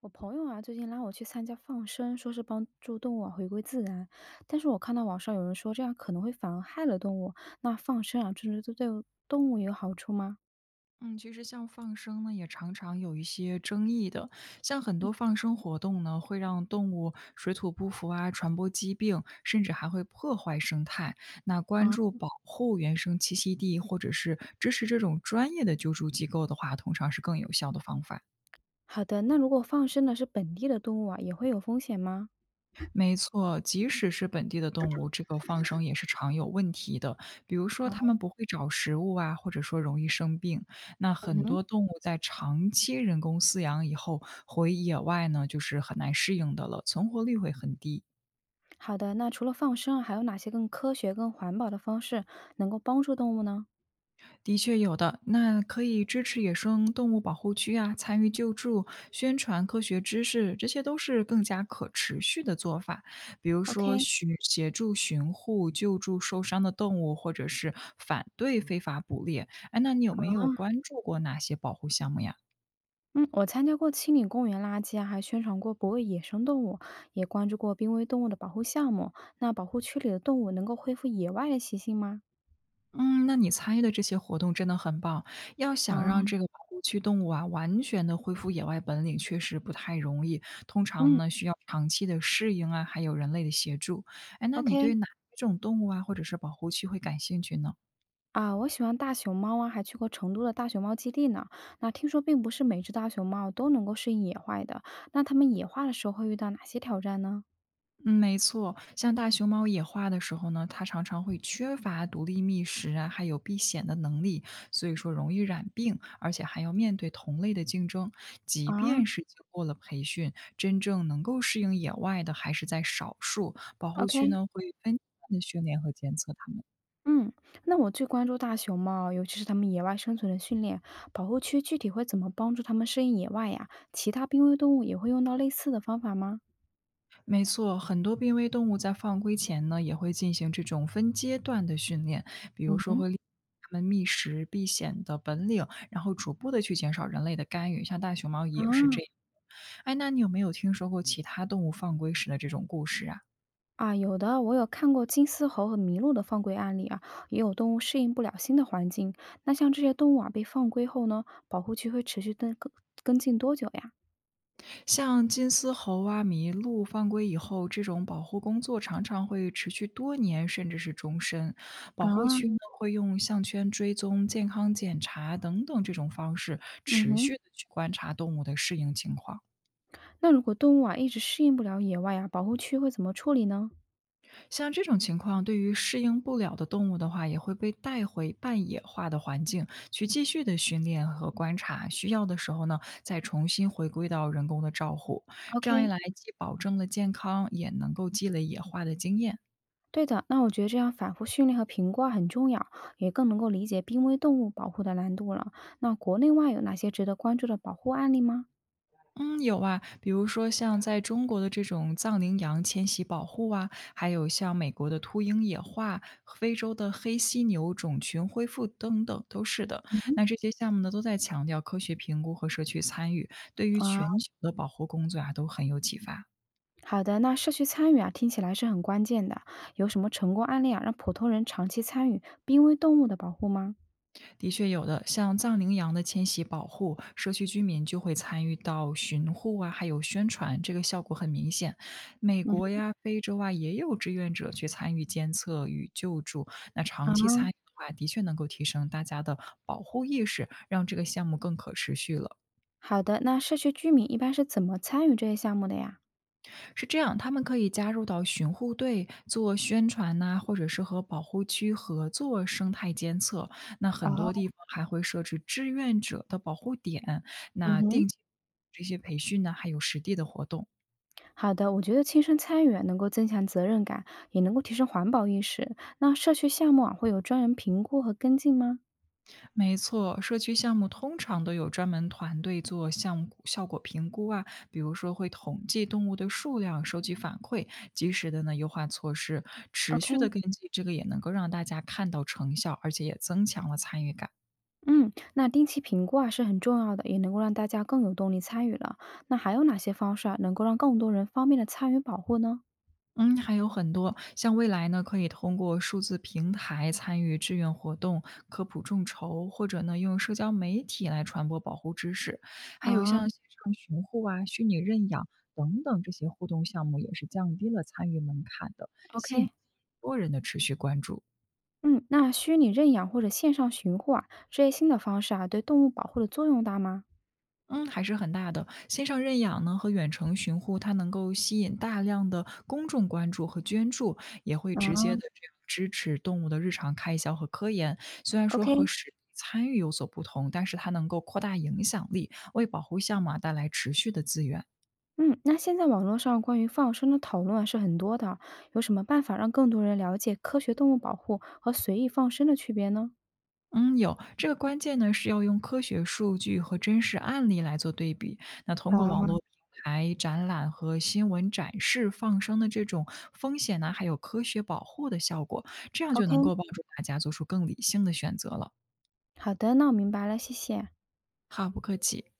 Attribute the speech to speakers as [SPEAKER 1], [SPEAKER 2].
[SPEAKER 1] 我朋友啊，最近拉我去参加放生，说是帮助动物啊回归自然，但是我看到网上有人说这样可能会反而害了动物。那放生啊，真的对动物有好处吗？
[SPEAKER 2] 嗯，其实像放生呢，也常常有一些争议的。像很多放生活动呢，会让动物水土不服啊，传播疾病，甚至还会破坏生态。那关
[SPEAKER 1] 啊，
[SPEAKER 2] 注保护原生栖息地，或者是支持这种专业的救助机构的话，通常是更有效的方法。
[SPEAKER 1] 好的，那如果放生的是本地的动物啊，也会有风险吗？
[SPEAKER 2] 没错，即使是本地的动物，这个放生也是常有问题的。比如说，
[SPEAKER 1] 啊，
[SPEAKER 2] 它们不会找食物啊，或者说容易生病。那
[SPEAKER 1] 嗯
[SPEAKER 2] 很
[SPEAKER 1] 哼，
[SPEAKER 2] 多动物在长期人工饲养以后，回野外呢，就是很难适应的了，存活率会很低。
[SPEAKER 1] 好的，那除了放生啊，还有哪些更科学、更环保的方式能够帮助动物呢
[SPEAKER 2] 的确有的，那可以支持野生动物保护区啊，参与救助、宣传科学知识，这些都是更加可持续的做法。比如说，
[SPEAKER 1] ？OK，
[SPEAKER 2] 寻协助寻护、救助受伤的动物，或者是反对非法捕猎。哎，那你有没有关注过哪些保护项目呀？
[SPEAKER 1] 嗯，我参加过清理公园垃圾啊，还宣传过不喂野生动物，也关注过濒危动物的保护项目。那保护区里的动物能够恢复野外的习性吗？
[SPEAKER 2] 嗯，那你参与的这些活动真的很棒。要
[SPEAKER 1] 啊，
[SPEAKER 2] 想让这个保护区动物啊，完全的恢复野外本领，确实不太容易。通常
[SPEAKER 1] 嗯
[SPEAKER 2] 呢，需要长期的适应啊，还有人类的协助。哎，那你
[SPEAKER 1] ，OK。
[SPEAKER 2] 对哪一种动物啊，或者是保护区会感兴趣呢？
[SPEAKER 1] 啊，我喜欢大熊猫啊，还去过成都的大熊猫基地呢。那听说并不是每只大熊猫都能够适应野外的，那它们野化的时候会遇到哪些挑战呢？
[SPEAKER 2] 嗯，没错，像大熊猫野化的时候呢，它常常会缺乏独立觅食啊，还有避险的能力，所以说容易染病，而且还要面对同类的竞争。即
[SPEAKER 1] 啊
[SPEAKER 2] 便是经过了培训，真正能够适应野外的还是在少数。保护区
[SPEAKER 1] ，OK。
[SPEAKER 2] 呢会分阶段的训练和监测它们。
[SPEAKER 1] 嗯，那我最关注大熊猫，尤其是它们野外生存的训练。保护区具体会怎么帮助它们适应野外呀？其他濒危动物也会用到类似的方法吗？
[SPEAKER 2] 没错，很多濒危动物在放归前呢，也会进行这种分阶段的训练，比如
[SPEAKER 1] 嗯
[SPEAKER 2] 说
[SPEAKER 1] 哼，
[SPEAKER 2] 会练它们觅食、避险的本领，然后逐步的去减少人类的干预。像大熊猫
[SPEAKER 1] 啊
[SPEAKER 2] 也是这样。哎，那你有没有听说过其他动物放归时的这种故事啊？
[SPEAKER 1] 啊，有的，我有看过金丝猴和麋鹿的放归案例啊，也有动物适应不了新的环境。那像这些动物啊，被放归后呢，保护区会持续跟进多久呀？
[SPEAKER 2] 像金丝猴啊、麋鹿放归以后，这种保护工作常常会持续多年，甚至是终身。保护
[SPEAKER 1] 啊，
[SPEAKER 2] 区呢会用项圈追踪、健康检查等等这种方式，
[SPEAKER 1] 嗯
[SPEAKER 2] 持续
[SPEAKER 1] 哼，
[SPEAKER 2] 的去观察动物的适应情况。
[SPEAKER 1] 那如果动物啊一直适应不了野外啊，保护区会怎么处理呢
[SPEAKER 2] 像这种情况，对于适应不了的动物的话，也会被带回半野化的环境去继续的训练和观察，需要的时候呢，再重新回归到人工的照护。这
[SPEAKER 1] ？OK，
[SPEAKER 2] 样一来，既保证了健康，也能够积累野化的经验。
[SPEAKER 1] 对的，那我觉得这样反复训练和评估啊很重要，也更能够理解濒危动物保护的难度了。那国内外有哪些值得关注的保护案例吗？
[SPEAKER 2] 嗯，有啊，比如说像在中国的这种藏羚羊迁徙保护啊，还有像美国的秃鹰野化、非洲的黑犀牛种群恢复等等，都是的。那这些项目呢，都在强调科学评估和社区参与，对于
[SPEAKER 1] 啊，
[SPEAKER 2] 全球的保护工作啊，都很有启发。
[SPEAKER 1] 好的，那社区参与啊，听起来是很关键的。有什么成功案例啊，让普通人长期参与濒危动物的保护吗？
[SPEAKER 2] 的确有的，像藏羚羊的迁徙保护，社区居民就会参与到巡护啊，还有宣传，这个效果很明显。美
[SPEAKER 1] 嗯
[SPEAKER 2] 国
[SPEAKER 1] 哼，
[SPEAKER 2] 呀、非洲啊，也有志愿者去参与监测与救助。那
[SPEAKER 1] 啊，
[SPEAKER 2] 长期参与的话，的确能够提升大家的保护意识，让这个项目更可持续了。
[SPEAKER 1] 好的，那社区居民一般是怎么参与这些项目的呀？
[SPEAKER 2] 是这样，他们可以加入到巡护队做宣传呐、或者是和保护区合作生态监测。那很
[SPEAKER 1] 哦，
[SPEAKER 2] 多地方还会设置志愿者的保护点，
[SPEAKER 1] 嗯
[SPEAKER 2] 那
[SPEAKER 1] 哼，
[SPEAKER 2] 定期这些培训呢，还有实地的活动。
[SPEAKER 1] 好的，我觉得亲身参与啊能够增强责任感，也能够提升环保意识。那社区项目啊，会有专人评估和跟进吗？
[SPEAKER 2] 没错，社区项目通常都有专门团队做项目效果评估啊，比如说会统计动物的数量，收集反馈，及时的呢优化措施，持
[SPEAKER 1] OK，
[SPEAKER 2] 续的跟进，这个也能够让大家看到成效，而且也增强了参与感。
[SPEAKER 1] 嗯，那定期评估啊是很重要的，也能够让大家更有动力参与了。那还有哪些方式啊，能够让更多人方便的参与保护呢？
[SPEAKER 2] 嗯，还有很多，像未来呢，可以通过数字平台参与志愿活动、科普众筹，或者呢用社交媒体来传播保护知识，还有
[SPEAKER 1] 啊，
[SPEAKER 2] 像线上寻护啊、虚拟认养等等这些互动项目，也是降低了参与门槛的，吸引
[SPEAKER 1] OK，
[SPEAKER 2] 多人的持续关注。
[SPEAKER 1] 嗯，那虚拟认养或者线上寻护啊，这些新的方式啊，对动物保护的作用大吗？
[SPEAKER 2] 嗯，还是很大的。线上认养呢和远程寻护，它能够吸引大量的公众关注和捐助，也会直接的
[SPEAKER 1] 啊，
[SPEAKER 2] 这样支持动物的日常开销和科研。虽然说和
[SPEAKER 1] ？OK，
[SPEAKER 2] 实地参与有所不同，但是它能够扩大影响力，为保护项目啊带来持续的资源。
[SPEAKER 1] 嗯，那现在网络上关于放生的讨论啊是很多的，有什么办法让更多人了解科学动物保护和随意放生的区别呢？
[SPEAKER 2] 嗯，有。这个关键呢，是要用科学数据和真实案例来做对比。那通过网
[SPEAKER 1] 啊。
[SPEAKER 2] 络平台、展览和新闻展示放生的这种风险呢，还有科学保护的效果，这样就
[SPEAKER 1] ？OK，
[SPEAKER 2] 能够帮助大家做出更理性的选择了。
[SPEAKER 1] 好的，那我明白了，谢谢。
[SPEAKER 2] 好，不客气。